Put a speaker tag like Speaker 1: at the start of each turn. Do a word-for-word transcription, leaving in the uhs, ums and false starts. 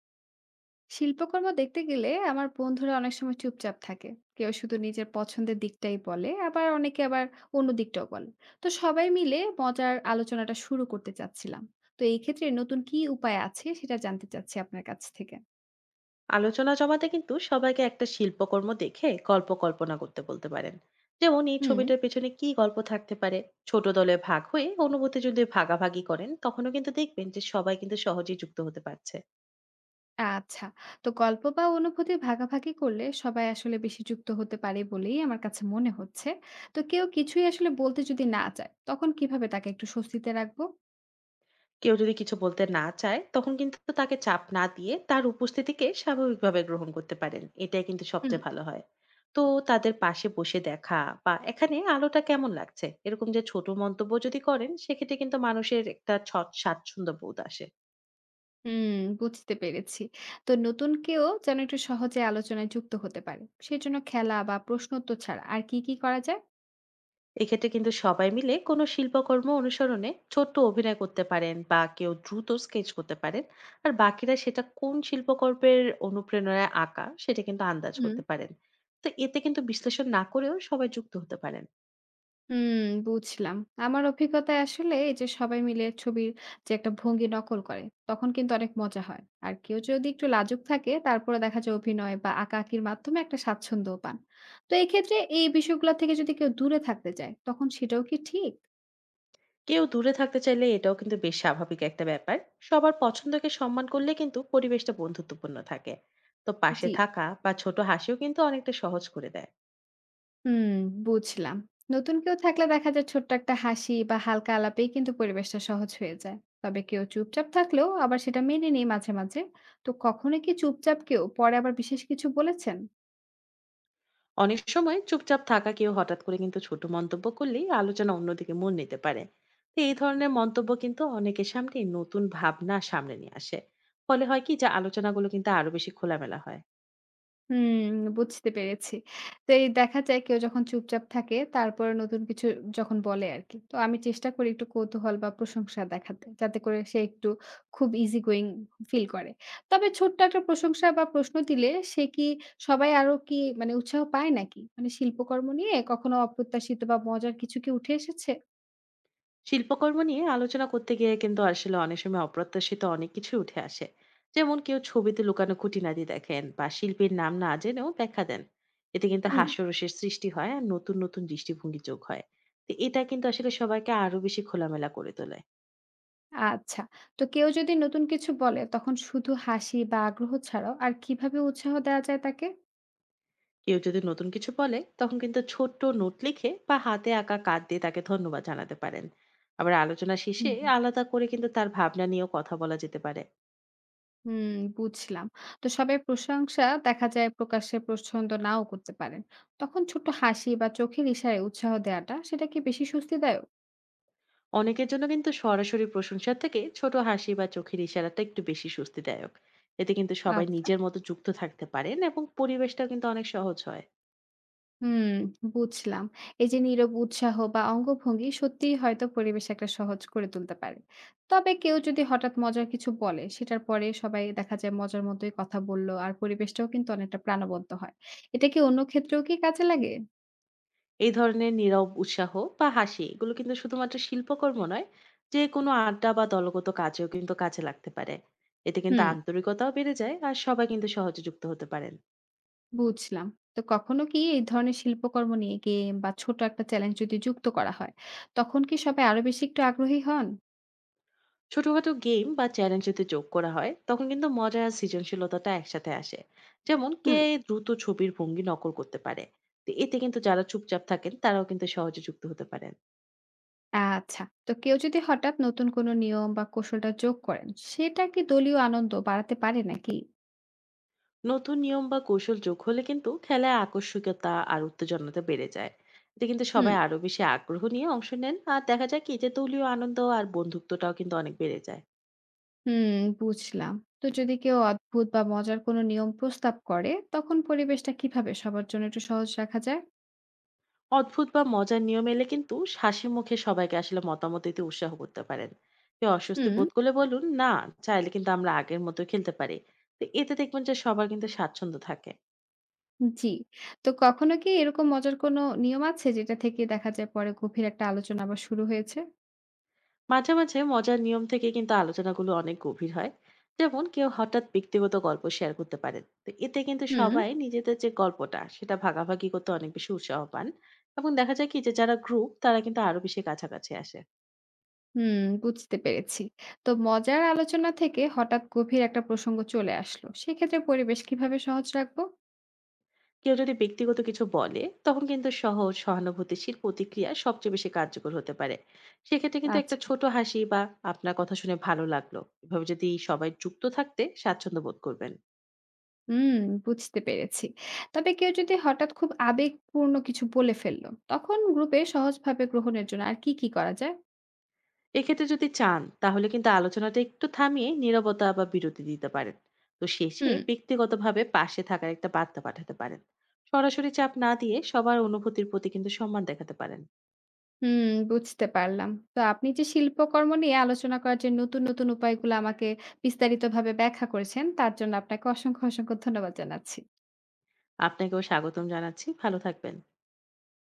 Speaker 1: শিল্পকর্ম দেখতে গেলে আমার বন্ধুরা অনেক সময় চুপচাপ থাকে। কেউ শুধু নিজের পছন্দের দিকটাই বলে, আবার অনেকে আবার অন্য দিকটাও বলে। তো সবাই মিলে মজার আলোচনাটা শুরু করতে চাচ্ছিলাম। তো এই ক্ষেত্রে নতুন কি উপায় আছে সেটা জানতে চাচ্ছি আপনার কাছ থেকে।
Speaker 2: আলোচনা জমাতে কিন্তু সবাইকে একটা শিল্পকর্ম দেখে গল্প কল্পনা করতে বলতে পারেন। যেমন, এই
Speaker 1: হুম।
Speaker 2: ছবিটার পেছনে কি গল্প থাকতে পারে। ছোট দলে ভাগ হয়ে অনুভূতি যদি ভাগাভাগি করেন, তখনও কিন্তু দেখবেন যে সবাই কিন্তু সহজেই যুক্ত হতে পারছে।
Speaker 1: আচ্ছা। তো গল্প বা অনুভূতি ভাগাভাগি করলে সবাই আসলে বেশি যুক্ত হতে পারে বলেই আমার কাছে মনে হচ্ছে। তো কেউ কিছুই আসলে বলতে যদি না চায়, তখন কিভাবে তাকে একটু স্বস্তিতে রাখবো?
Speaker 2: কেউ যদি কিছু বলতে না চায়, তখন কিন্তু তাকে চাপ না দিয়ে তার উপস্থিতিকে স্বাভাবিকভাবে গ্রহণ করতে পারেন, এটাই কিন্তু সবচেয়ে ভালো হয়। তো তাদের পাশে বসে দেখা, বা এখানে আলোটা কেমন লাগছে, এরকম যে ছোট মন্তব্য যদি করেন, সেক্ষেত্রে কিন্তু মানুষের একটা স্বচ্ছ- স্বাচ্ছন্দ্য বোধ আসে।
Speaker 1: হুম, বুঝতে পেরেছি। তো নতুন কেউ যেন একটু সহজে আলোচনায় যুক্ত হতে পারে, সেজন্য খেলা বা প্রশ্নোত্তর ছাড়া আর কি, কি করা যায়?
Speaker 2: এক্ষেত্রে কিন্তু সবাই মিলে কোনো শিল্পকর্ম অনুসরণে ছোট্ট অভিনয় করতে পারেন, বা কেউ দ্রুত স্কেচ করতে পারেন। আর বাকিরা সেটা কোন শিল্পকর্মের অনুপ্রেরণায় আঁকা, সেটা কিন্তু আন্দাজ
Speaker 1: হুম।
Speaker 2: করতে পারেন। তো এতে কিন্তু বিশ্লেষণ না করেও সবাই যুক্ত হতে পারেন।
Speaker 1: হুম, বুঝলাম। আমার অভিজ্ঞতায় আসলে এই যে সবাই মিলে ছবির যে একটা ভঙ্গি নকল করে, তখন কিন্তু অনেক মজা হয়। আর কেউ যদি একটু লাজুক থাকে, তারপরে দেখা যায় অভিনয় বা আঁকাআঁকির মাধ্যমে একটা স্বাচ্ছন্দ্য পান। তো এক্ষেত্রে এই বিষয়গুলো থেকে যদি কেউ দূরে থাকতে চায়, তখন সেটাও কি ঠিক?
Speaker 2: কেউ দূরে থাকতে চাইলে এটাও কিন্তু বেশ স্বাভাবিক একটা ব্যাপার। সবার পছন্দকে সম্মান করলে কিন্তু পরিবেশটা বন্ধুত্বপূর্ণ থাকে। তো পাশে
Speaker 1: জি।
Speaker 2: থাকা বা ছোট হাসিও কিন্তু অনেকটা সহজ করে দেয়।
Speaker 1: হুম, বুঝলাম। নতুন কেউ থাকলে দেখা যায় ছোট্ট একটা হাসি বা হালকা আলাপেই কিন্তু পরিবেশটা সহজ হয়ে যায়। তবে কেউ চুপচাপ থাকলেও আবার সেটা মেনে নিই মাঝে, মাঝে। তো কখনো কি চুপচাপ কেউ পরে আবার বিশেষ কিছু বলেছেন?
Speaker 2: অনেক সময় চুপচাপ থাকা কেউ হঠাৎ করে কিন্তু ছোট মন্তব্য করলেই আলোচনা অন্যদিকে মন নিতে পারে। তো এই ধরনের মন্তব্য কিন্তু অনেকের সামনে নতুন ভাবনা সামনে নিয়ে আসে। ফলে হয় কি যে আলোচনাগুলো কিন্তু আরো বেশি খোলামেলা হয়।
Speaker 1: হুম, বুঝতে পেরেছি। তো এই দেখা যায় কেউ যখন চুপচাপ থাকে তারপরে নতুন কিছু যখন বলে আরকি। তো আমি চেষ্টা করি একটু কৌতূহল বা প্রশংসা দেখাতে, যাতে করে সে একটু খুব easy going ফিল করে। তবে ছোট্ট একটা প্রশংসা বা প্রশ্ন দিলে সে কি সবাই আরো কি মানে উৎসাহ পায় নাকি? মানে শিল্পকর্ম নিয়ে কখনো অপ্রত্যাশিত বা মজার কিছু কি উঠে এসেছে?
Speaker 2: শিল্পকর্ম নিয়ে আলোচনা করতে গিয়ে কিন্তু আসলে অনেক সময় অপ্রত্যাশিত অনেক কিছু উঠে আসে। যেমন কেউ ছবিতে লুকানো খুঁটিনাটি দেখেন, বা শিল্পীর নাম না জেনেও ব্যাখ্যা দেন। এতে কিন্তু
Speaker 1: হুম,
Speaker 2: হাস্যরসের সৃষ্টি হয়, আর নতুন নতুন দৃষ্টিভঙ্গি যোগ হয়। তো এটা কিন্তু আসলে সবাইকে আরো বেশি খোলামেলা করে তোলে।
Speaker 1: আচ্ছা। তো কেউ যদি নতুন কিছু বলে তখন শুধু হাসি বা আগ্রহ ছাড়াও আর কিভাবে উৎসাহ দেওয়া যায় তাকে?
Speaker 2: কেউ যদি নতুন কিছু বলে, তখন কিন্তু ছোট্ট নোট লিখে বা হাতে আঁকা কার্ড দিয়ে তাকে ধন্যবাদ জানাতে পারেন। আবার আলোচনা শেষে আলাদা করে কিন্তু তার ভাবনা নিয়েও কথা বলা যেতে পারে।
Speaker 1: হুম, বুঝলাম। তো সবাই প্রশংসা দেখা যায় প্রকাশ্যে পছন্দ নাও করতে পারেন। তখন ছোট্ট হাসি বা চোখের ইশারায় উৎসাহ দেওয়াটা সেটা কি বেশি স্বস্তিদায়ক?
Speaker 2: অনেকের জন্য কিন্তু সরাসরি প্রশংসা থেকে ছোট হাসি বা চোখের ইশারাটা একটু বেশি স্বস্তিদায়ক। এতে কিন্তু সবাই
Speaker 1: আচ্ছা।
Speaker 2: নিজের মতো যুক্ত থাকতে পারেন এবং পরিবেশটা কিন্তু অনেক সহজ হয়।
Speaker 1: হুম, বুঝলাম। এই যে নীরব উৎসাহ বা অঙ্গভঙ্গি সত্যিই হয়তো পরিবেশ একটা সহজ করে তুলতে পারে। তবে কেউ যদি হঠাৎ মজার কিছু বলে সেটার পরে সবাই দেখা যায় মজার মতোই কথা বলল, আর পরিবেশটাও কিন্তু অনেকটা প্রাণবন্ত হয়। এটা কি অন্য ক্ষেত্রেও কি কাজে লাগে?
Speaker 2: এই ধরনের নীরব উৎসাহ বা হাসি, এগুলো কিন্তু শুধুমাত্র শিল্পকর্ম নয়, যে কোনো আড্ডা বা দলগত কাজেও কিন্তু কাজে লাগতে পারে। এতে কিন্তু
Speaker 1: হুম।
Speaker 2: আন্তরিকতাও বেড়ে যায়, আর সবাই কিন্তু সহজে যুক্ত হতে পারেন।
Speaker 1: বুঝলাম। তো কখনো কি এই ধরনের শিল্পকর্ম নিয়ে গেম বা ছোট একটা চ্যালেঞ্জ যদি যুক্ত করা হয়, তখন কি সবাই আরো বেশি একটু আগ্রহী হন?
Speaker 2: ছোটখাটো গেম বা চ্যালেঞ্জ যদি যোগ করা হয়, তখন কিন্তু মজা আর সৃজনশীলতাটা একসাথে আসে। যেমন কে
Speaker 1: হুম,
Speaker 2: দ্রুত ছবির ভঙ্গি নকল করতে পারে। তো এতে কিন্তু যারা চুপচাপ থাকেন তারাও কিন্তু সহজে যুক্ত হতে পারেন।
Speaker 1: আচ্ছা। তো কেউ যদি হঠাৎ নতুন কোনো নিয়ম বা কৌশলটা যোগ করেন, সেটা কি দলীয় আনন্দ বাড়াতে পারে নাকি?
Speaker 2: নতুন নিয়ম বা কৌশল যোগ হলে কিন্তু খেলায় আকস্মিকতা আর উত্তেজনাটা বেড়ে যায়। এতে কিন্তু
Speaker 1: হুম।
Speaker 2: সবাই আরো বেশি আগ্রহ নিয়ে অংশ নেন, আর দেখা যায় কি যে দলীয় আনন্দ আর বন্ধুত্বটাও কিন্তু অনেক বেড়ে যায়।
Speaker 1: হুম, বুঝলাম। তো যদি কেউ অদ্ভুত বা মজার কোনো নিয়ম প্রস্তাব করে, তখন পরিবেশটা কিভাবে সবার জন্য একটু সহজ রাখা যায়?
Speaker 2: অদ্ভুত বা মজার নিয়ম এলে কিন্তু হাসি মুখে সবাইকে আসলে মতামত দিতে উৎসাহ করতে পারেন। কেউ অস্বস্তি
Speaker 1: হুম।
Speaker 2: বোধ করলে বলুন না, চাইলে কিন্তু আমরা আগের মতো খেলতে পারি। তো এতে দেখবেন যে সবার কিন্তু স্বাচ্ছন্দ্য থাকে।
Speaker 1: জি। তো কখনো কি এরকম মজার কোনো নিয়ম আছে যেটা থেকে দেখা যায় পরে গভীর একটা আলোচনা আবার শুরু হয়েছে?
Speaker 2: মাঝে, মাঝে মজার নিয়ম থেকে কিন্তু আলোচনাগুলো অনেক গভীর হয়। যেমন কেউ হঠাৎ ব্যক্তিগত গল্প শেয়ার করতে পারেন। তো এতে কিন্তু
Speaker 1: হুম,
Speaker 2: সবাই নিজেদের যে গল্পটা সেটা ভাগাভাগি করতে অনেক বেশি উৎসাহ পান। এবং দেখা যায় কি যে যারা গ্রুপ তারা কিন্তু আরো বেশি কাছাকাছি আসে।
Speaker 1: হুম, বুঝতে পেরেছি। তো মজার আলোচনা থেকে হঠাৎ গভীর একটা প্রসঙ্গ চলে আসলো। সেক্ষেত্রে পরিবেশ কিভাবে সহজ রাখবো?
Speaker 2: কেউ যদি ব্যক্তিগত কিছু বলে, তখন কিন্তু সহজ সহানুভূতিশীল প্রতিক্রিয়া সবচেয়ে বেশি কার্যকর হতে পারে। সেক্ষেত্রে কিন্তু একটা
Speaker 1: আচ্ছা,
Speaker 2: ছোট হাসি বা আপনার কথা শুনে ভালো লাগলো। এভাবে যদি সবাই যুক্ত থাকতে স্বাচ্ছন্দ্য বোধ করবেন।
Speaker 1: হুম, বুঝতে পেরেছি। তবে কেউ যদি হঠাৎ খুব আবেগপূর্ণ কিছু বলে ফেললো, তখন গ্রুপে সহজভাবে গ্রহণের জন্য আর কি, কি করা যায়?
Speaker 2: এক্ষেত্রে যদি চান তাহলে কিন্তু আলোচনাটা একটু থামিয়ে নীরবতা বা বিরতি দিতে পারেন। তো শেষে
Speaker 1: হুম,
Speaker 2: ব্যক্তিগতভাবে পাশে থাকার একটা বার্তা পাঠাতে পারেন। সরাসরি চাপ না দিয়ে সবার অনুভূতির প্রতি কিন্তু সম্মান দেখাতে পারেন।
Speaker 1: হুম, বুঝতে পারলাম। তো আপনি যে শিল্পকর্ম নিয়ে আলোচনা করার যে নতুন, নতুন উপায়গুলো আমাকে বিস্তারিতভাবে ব্যাখ্যা করেছেন, তার জন্য আপনাকে অসংখ্য, অসংখ্য ধন্যবাদ জানাচ্ছি।
Speaker 2: আপনাকেও স্বাগতম জানাচ্ছি, ভালো থাকবেন।